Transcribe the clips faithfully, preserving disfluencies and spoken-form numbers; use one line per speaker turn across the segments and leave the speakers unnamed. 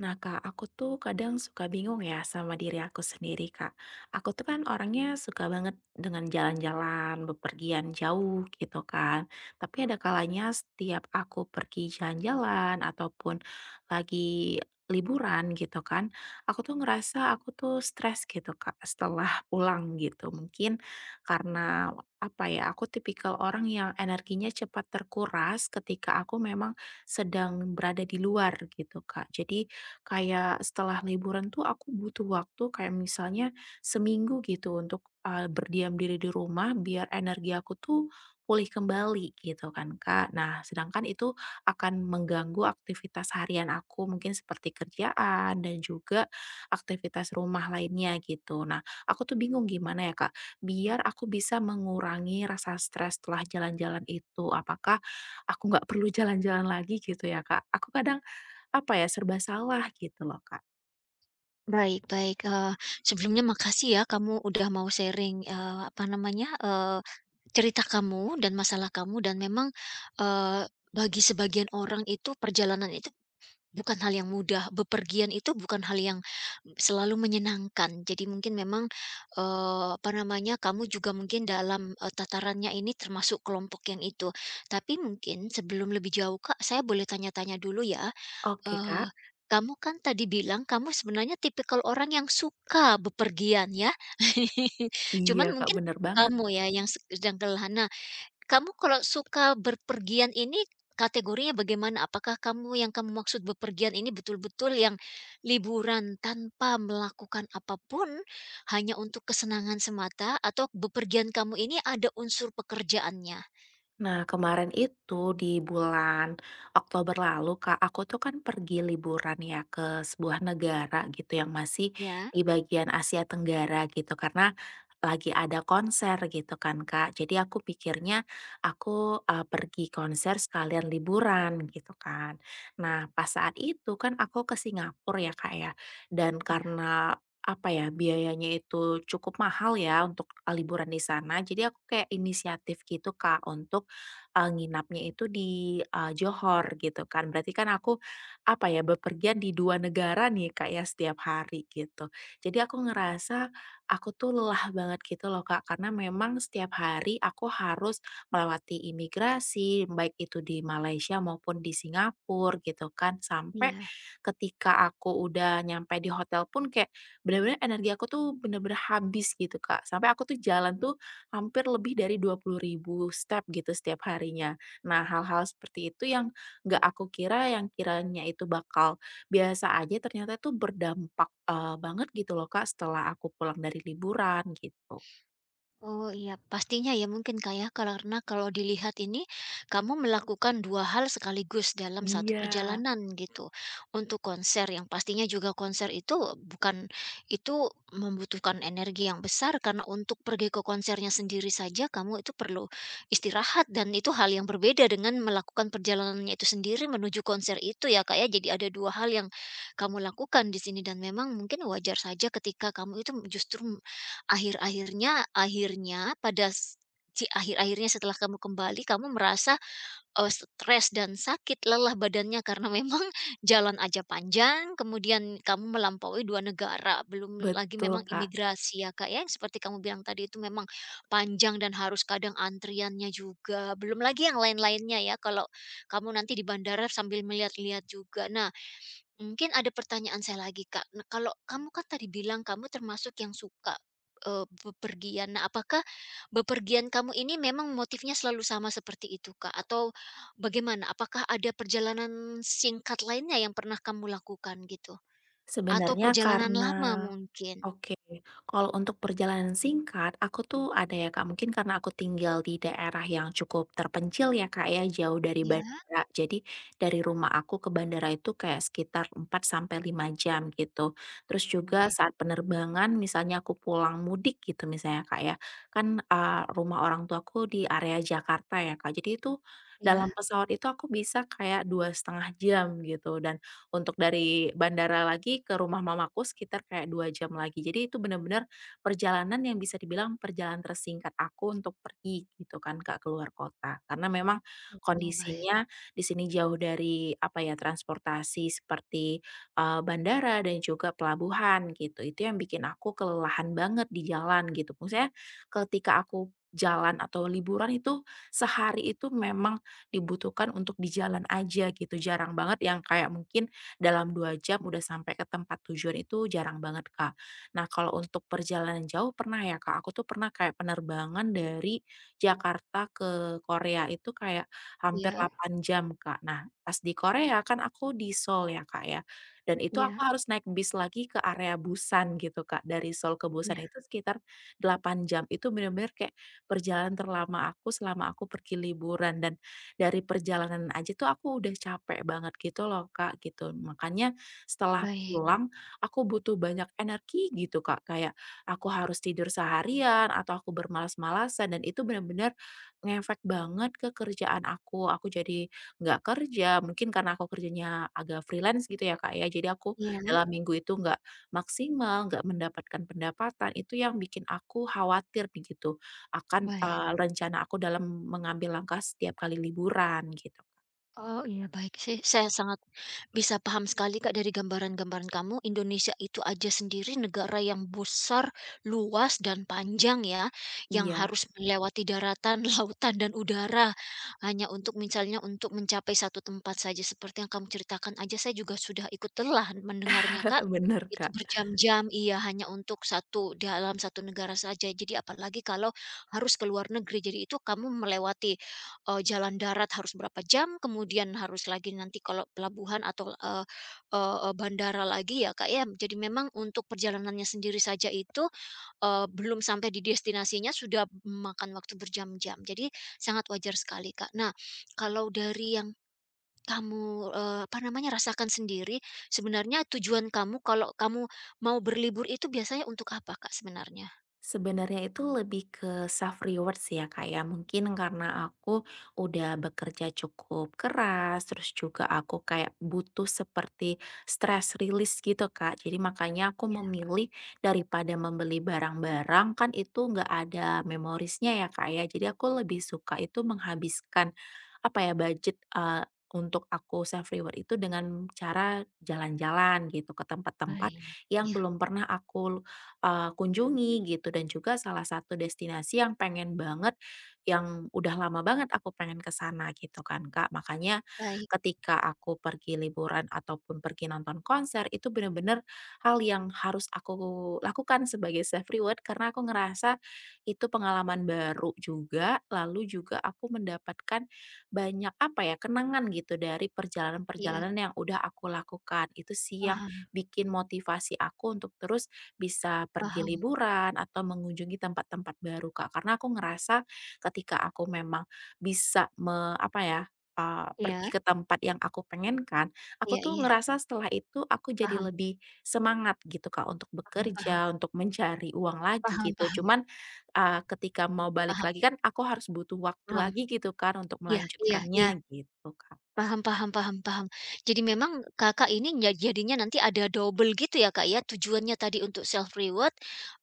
Nah, Kak, aku tuh kadang suka bingung ya sama diri aku sendiri, Kak. Aku tuh kan orangnya suka banget dengan jalan-jalan, bepergian jauh gitu kan. Tapi ada kalanya setiap aku pergi jalan-jalan ataupun lagi liburan gitu kan, aku tuh ngerasa aku tuh stres gitu, Kak, setelah pulang gitu. Mungkin karena apa ya, aku tipikal orang yang energinya cepat terkuras ketika aku memang sedang berada di luar gitu, Kak. Jadi kayak setelah liburan tuh aku butuh waktu kayak misalnya seminggu gitu untuk, eee, berdiam diri di rumah biar energi aku tuh pulih kembali gitu kan, Kak. Nah, sedangkan itu akan mengganggu aktivitas harian aku mungkin seperti kerjaan dan juga aktivitas rumah lainnya gitu. Nah, aku tuh bingung gimana ya, Kak, biar aku bisa mengurangi rasa stres setelah jalan-jalan itu. Apakah aku nggak perlu jalan-jalan lagi gitu ya, Kak? Aku kadang apa ya, serba salah gitu loh, Kak.
Baik baik, eee, sebelumnya makasih ya kamu udah mau sharing, eee, apa namanya, eee, cerita kamu dan masalah kamu dan memang, eee, bagi sebagian orang itu perjalanan itu bukan hal yang mudah, bepergian itu bukan hal yang selalu menyenangkan. Jadi mungkin memang, eee, apa namanya, kamu juga mungkin dalam, eee, tatarannya ini termasuk kelompok yang itu. Tapi mungkin sebelum lebih jauh, Kak, saya boleh tanya-tanya dulu ya?
Oke,
Eee,
Kak.
Kamu kan tadi bilang kamu sebenarnya tipikal orang yang suka bepergian ya. Cuman
Iya, Kak,
mungkin
bener banget.
kamu ya yang sedang kelana. Kamu kalau suka berpergian ini kategorinya bagaimana? Apakah kamu yang kamu maksud bepergian ini betul-betul yang liburan tanpa melakukan apapun hanya untuk kesenangan semata? Atau bepergian kamu ini ada unsur pekerjaannya?
Nah, kemarin itu di bulan Oktober lalu, Kak, aku tuh kan pergi liburan ya ke sebuah negara gitu yang masih
Ya.
di bagian Asia Tenggara gitu karena lagi ada konser gitu kan, Kak. Jadi aku pikirnya aku eh, pergi konser sekalian liburan gitu kan. Nah, pas saat itu kan aku ke Singapura ya, Kak ya. Dan
Iya.
karena apa ya, biayanya itu cukup mahal ya untuk eh, liburan di sana. Jadi aku kayak inisiatif gitu, Kak, untuk eee, nginapnya itu di, eee, Johor gitu kan. Berarti kan aku, apa ya, bepergian di dua negara nih, Kak ya, setiap hari gitu. Jadi aku ngerasa aku tuh lelah banget gitu loh, Kak, karena memang setiap hari aku harus melewati imigrasi, baik itu di Malaysia maupun di Singapura gitu kan. Sampai
Iya.
ketika aku udah nyampe di hotel pun kayak bener-bener energi aku tuh bener-bener habis gitu, Kak. Sampai aku tuh jalan tuh hampir lebih dari dua puluh ribu step gitu setiap harinya. Nah, hal-hal seperti itu yang nggak aku kira, yang kiranya itu bakal biasa aja, ternyata itu berdampak, eee, banget gitu loh, Kak, setelah aku pulang dari liburan gitu.
Oh iya, pastinya ya mungkin Kak ya, karena kalau dilihat ini kamu melakukan dua hal sekaligus dalam satu
Iya,
perjalanan gitu. Untuk konser yang pastinya juga konser itu bukan itu membutuhkan energi yang besar karena untuk pergi ke konsernya sendiri saja kamu itu perlu istirahat dan itu hal yang berbeda dengan melakukan perjalanannya itu sendiri menuju konser itu ya Kak ya. Jadi ada dua hal yang kamu lakukan di sini dan memang mungkin wajar saja ketika kamu itu justru Akhir-akhirnya akhirnya pada s si akhir-akhirnya setelah kamu kembali, kamu merasa, eee, stres dan sakit, lelah badannya karena memang jalan aja panjang, kemudian kamu melampaui dua negara, belum lagi
betul,
memang
Kak.
imigrasi ya, Kak, ya, yang seperti kamu bilang tadi itu memang panjang dan harus kadang antriannya juga, belum lagi yang lain-lainnya ya, kalau kamu nanti di bandara sambil melihat-lihat juga. Nah Mungkin ada pertanyaan saya lagi, Kak. Nah, kalau kamu kan tadi bilang kamu termasuk yang suka, eee, bepergian. Nah, apakah bepergian kamu ini memang motifnya selalu sama seperti itu, Kak? Atau bagaimana? Apakah ada perjalanan singkat lainnya yang pernah kamu lakukan gitu? Atau
Sebenarnya
perjalanan
karena
lama mungkin?
oke, kalau untuk perjalanan singkat, aku tuh ada ya, Kak, mungkin karena aku tinggal di daerah yang cukup terpencil ya, Kak ya, jauh dari
Ya.
bandara. Jadi dari rumah aku ke bandara itu kayak sekitar empat sampai lima jam gitu. Terus juga
Ya.
saat penerbangan misalnya aku pulang mudik gitu misalnya, Kak ya. Kan uh, rumah orang tuaku di area Jakarta ya, Kak. Jadi itu
Iya.
dalam pesawat itu aku bisa kayak dua setengah jam gitu dan untuk dari bandara lagi ke rumah mamaku sekitar kayak dua jam lagi. Jadi itu benar-benar perjalanan yang bisa dibilang perjalanan tersingkat aku untuk pergi gitu kan, Kak, keluar kota. Karena memang
Oh, baik.
kondisinya di sini jauh dari apa ya, transportasi seperti, eee, bandara dan juga pelabuhan gitu. Itu yang bikin aku kelelahan banget di jalan gitu. Maksudnya ketika aku jalan atau liburan itu sehari itu memang dibutuhkan untuk di jalan aja gitu. Jarang banget yang kayak mungkin dalam dua jam udah sampai ke tempat tujuan itu jarang banget, Kak. Nah, kalau untuk perjalanan jauh pernah ya, Kak, aku tuh pernah kayak penerbangan dari Jakarta ke Korea itu kayak hampir
Ya.
delapan jam, Kak. Nah, pas di Korea kan aku di Seoul ya, Kak, ya, dan itu aku
Ya.
harus naik bis lagi ke area Busan gitu, Kak. Dari Seoul ke Busan
Ya.
itu sekitar delapan jam, itu bener-bener kayak perjalanan terlama aku selama aku pergi liburan dan dari perjalanan aja tuh aku udah capek banget gitu loh, Kak, gitu. Makanya setelah
Baik.
pulang aku butuh banyak energi gitu, Kak, kayak aku harus tidur seharian atau aku bermalas-malasan dan itu benar-benar ngefek banget ke kerjaan aku. Aku jadi nggak kerja, mungkin karena aku kerjanya agak freelance gitu ya, Kak, ya. Jadi aku
Ya.
dalam minggu itu nggak maksimal, nggak mendapatkan pendapatan, itu yang bikin aku khawatir nih gitu. Akan,
Baik.
eee, rencana aku dalam mengambil langkah setiap kali liburan gitu.
Oh, iya baik sih. Saya sangat bisa paham sekali Kak dari gambaran-gambaran kamu. Indonesia itu aja sendiri negara yang besar, luas dan panjang ya, yang
Iya,
harus melewati daratan, lautan dan udara hanya untuk misalnya untuk mencapai satu tempat saja seperti yang kamu ceritakan aja saya juga sudah ikut telah mendengarnya Kak.
bener,
Itu
Kak.
berjam-jam, iya hanya untuk satu dalam satu negara saja. Jadi apalagi kalau harus ke luar negeri. Jadi itu kamu melewati Eee, jalan darat harus berapa jam, kemudian harus lagi nanti kalau pelabuhan atau, eee eee eee, bandara lagi ya, Kak, ya. Jadi memang untuk perjalanannya sendiri saja itu, eee, belum sampai di destinasinya sudah memakan waktu berjam-jam. Jadi sangat wajar sekali, Kak. Nah, kalau dari yang kamu, eee, apa namanya, rasakan sendiri, sebenarnya tujuan kamu kalau kamu mau berlibur itu biasanya untuk apa, Kak, sebenarnya?
Sebenarnya itu lebih ke self reward sih ya, Kak ya. Mungkin karena aku udah bekerja cukup keras, terus juga aku kayak butuh seperti stress release gitu, Kak. Jadi makanya aku
Ya,
memilih daripada membeli barang-barang kan itu nggak ada memorisnya ya, Kak ya. Jadi aku lebih suka itu menghabiskan apa ya budget eh, untuk aku self reward itu dengan cara jalan-jalan gitu ke tempat-tempat
baik.
yang
Ya
belum pernah aku eee, kunjungi gitu dan juga salah satu destinasi yang pengen banget, yang udah lama banget aku pengen ke sana gitu kan, Kak. Makanya
baik.
ketika aku pergi liburan ataupun pergi nonton konser itu bener-bener hal yang harus aku lakukan sebagai self reward karena aku ngerasa itu pengalaman baru juga, lalu juga aku mendapatkan banyak apa ya, kenangan gitu dari
Ya
perjalanan-perjalanan yang udah aku lakukan. Itu sih yang
paham
bikin motivasi aku untuk terus bisa pergi
paham.
liburan atau mengunjungi tempat-tempat baru, Kak. Karena aku ngerasa ketika aku memang bisa me apa ya, eee, pergi
Ya,
ke tempat yang aku pengenkan, aku
ya,
tuh
iya,
ngerasa setelah itu aku jadi
paham.
lebih semangat gitu, Kak, untuk
Mmm, paham
bekerja, untuk mencari uang lagi
paham
gitu.
paham
Cuman, eee, ketika mau balik
paham
lagi kan aku harus butuh waktu
paham.
lagi gitu kan untuk
Iya iya iya.
melanjutkannya gitu, Kak.
Paham paham paham paham. Jadi memang Kakak ini ya jadinya nanti ada double gitu ya, Kak, ya? Tujuannya tadi untuk self reward,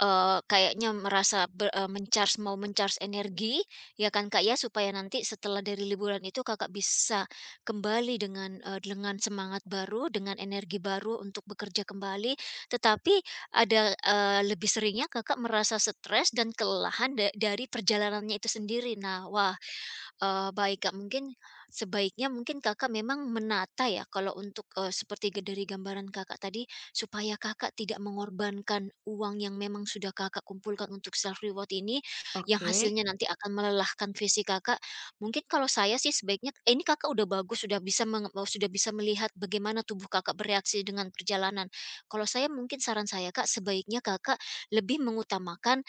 eee, kayaknya merasa ber eee, men mau men-charge energi, ya kan, Kak, ya? Supaya nanti setelah dari liburan itu Kakak bisa kembali dengan, eee, dengan semangat baru, dengan energi baru untuk bekerja kembali. Tetapi ada, eee, lebih seringnya Kakak merasa stres dan kelelahan da dari perjalanannya itu sendiri. Nah, wah. Eee, baik, Kak, mungkin sebaiknya mungkin Kakak memang menata ya kalau untuk, eee, seperti ge dari gambaran Kakak tadi, supaya Kakak tidak mengorbankan uang yang memang sudah Kakak kumpulkan untuk self reward ini, yang
Oke.
hasilnya nanti akan melelahkan fisik Kakak. Mungkin kalau saya sih sebaiknya eh, ini Kakak udah bagus, sudah bisa menge eee, sudah bisa melihat bagaimana tubuh Kakak bereaksi dengan perjalanan. Kalau saya mungkin saran saya, Kak, sebaiknya Kakak lebih mengutamakan,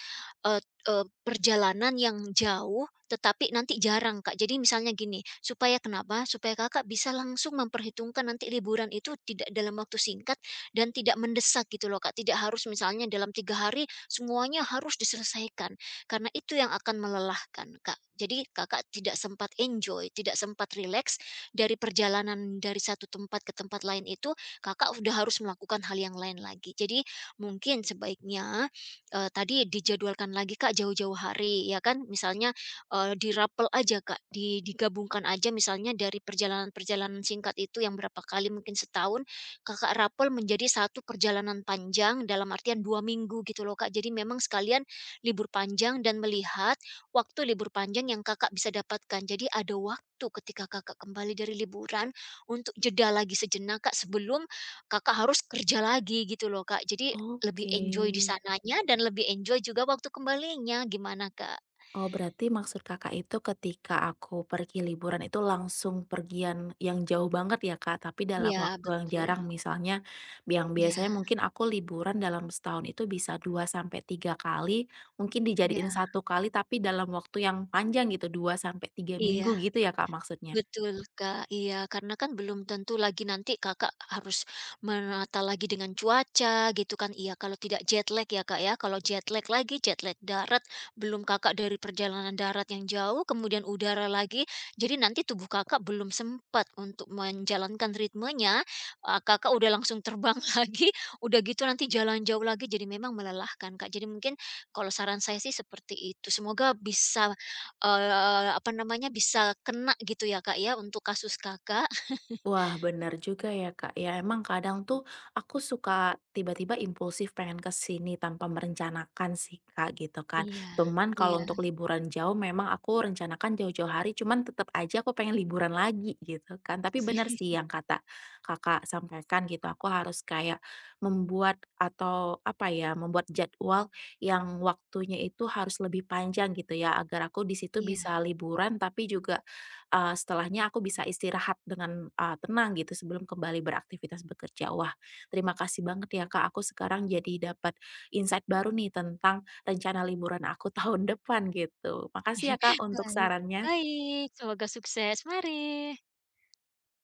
eee eee, perjalanan yang jauh tetapi nanti jarang, Kak. Jadi misalnya gini, supaya kenapa? Supaya Kakak bisa langsung memperhitungkan nanti liburan itu tidak dalam waktu singkat dan tidak mendesak gitu loh, Kak. Tidak harus misalnya dalam tiga hari semuanya harus diselesaikan. Karena itu yang akan melelahkan, Kak. Jadi Kakak tidak sempat enjoy, tidak sempat relax dari perjalanan dari satu tempat ke tempat lain itu, Kakak udah harus melakukan hal yang lain lagi. Jadi mungkin sebaiknya, eee, tadi dijadwalkan lagi, Kak, jauh-jauh hari ya kan. Misalnya Eee, dirapel aja Kak, di digabungkan aja misalnya dari perjalanan-perjalanan singkat itu yang berapa kali mungkin setahun, Kakak rapel menjadi satu perjalanan panjang dalam artian dua minggu gitu loh Kak. Jadi memang sekalian libur panjang dan melihat waktu libur panjang yang Kakak bisa dapatkan. Jadi ada waktu ketika Kakak kembali dari liburan untuk jeda lagi sejenak Kak, sebelum Kakak harus kerja lagi gitu loh Kak. Jadi lebih
Oke.
enjoy di sananya dan lebih enjoy juga waktu kembalinya, gimana Kak?
Oh, berarti maksud Kakak itu ketika aku pergi liburan itu langsung pergian yang jauh banget ya, Kak, tapi dalam
Iya
waktu yang
betul.
jarang. Misalnya yang
Iya
biasanya mungkin aku liburan dalam setahun itu bisa dua sampai tiga kali, mungkin dijadiin
iya
satu kali tapi dalam waktu yang panjang gitu, dua sampai tiga
iya,
minggu gitu ya, Kak, maksudnya?
betul, Kak, iya, karena kan belum tentu lagi nanti Kakak harus menata lagi dengan cuaca gitu kan. Iya, kalau tidak jet lag ya, Kak, ya. Kalau jet lag lagi, jet lag darat, belum Kakak dari perjalanan darat yang jauh, kemudian udara lagi. Jadi nanti tubuh Kakak belum sempat untuk menjalankan ritmenya, eee, Kakak udah langsung terbang lagi, udah gitu nanti jalan jauh lagi, jadi memang melelahkan, Kak. Jadi mungkin kalau saran saya sih seperti itu, semoga bisa Eee, apa namanya, bisa kena gitu ya, Kak, ya, untuk kasus Kakak.
Wah, benar juga ya, Kak. Ya, emang kadang tuh aku suka tiba-tiba impulsif pengen ke sini tanpa merencanakan sih, Kak, gitu kan.
Iya
Cuman
iya
kalau untuk liburan jauh memang aku rencanakan jauh-jauh hari, cuman tetap aja aku pengen liburan lagi gitu kan. Tapi benar sih yang kata Kakak sampaikan gitu, aku harus kayak membuat atau apa ya, membuat jadwal yang waktunya itu harus lebih panjang gitu ya, agar aku di situ
iya.
bisa liburan tapi juga eee, setelahnya aku bisa istirahat dengan, eee, tenang gitu sebelum kembali beraktivitas bekerja. Wah, terima kasih banget ya, Kak, aku sekarang jadi dapat insight baru nih tentang rencana liburan aku tahun depan gitu. Makasih ya, Kak, untuk
Baik
sarannya.
baik, semoga sukses, mari.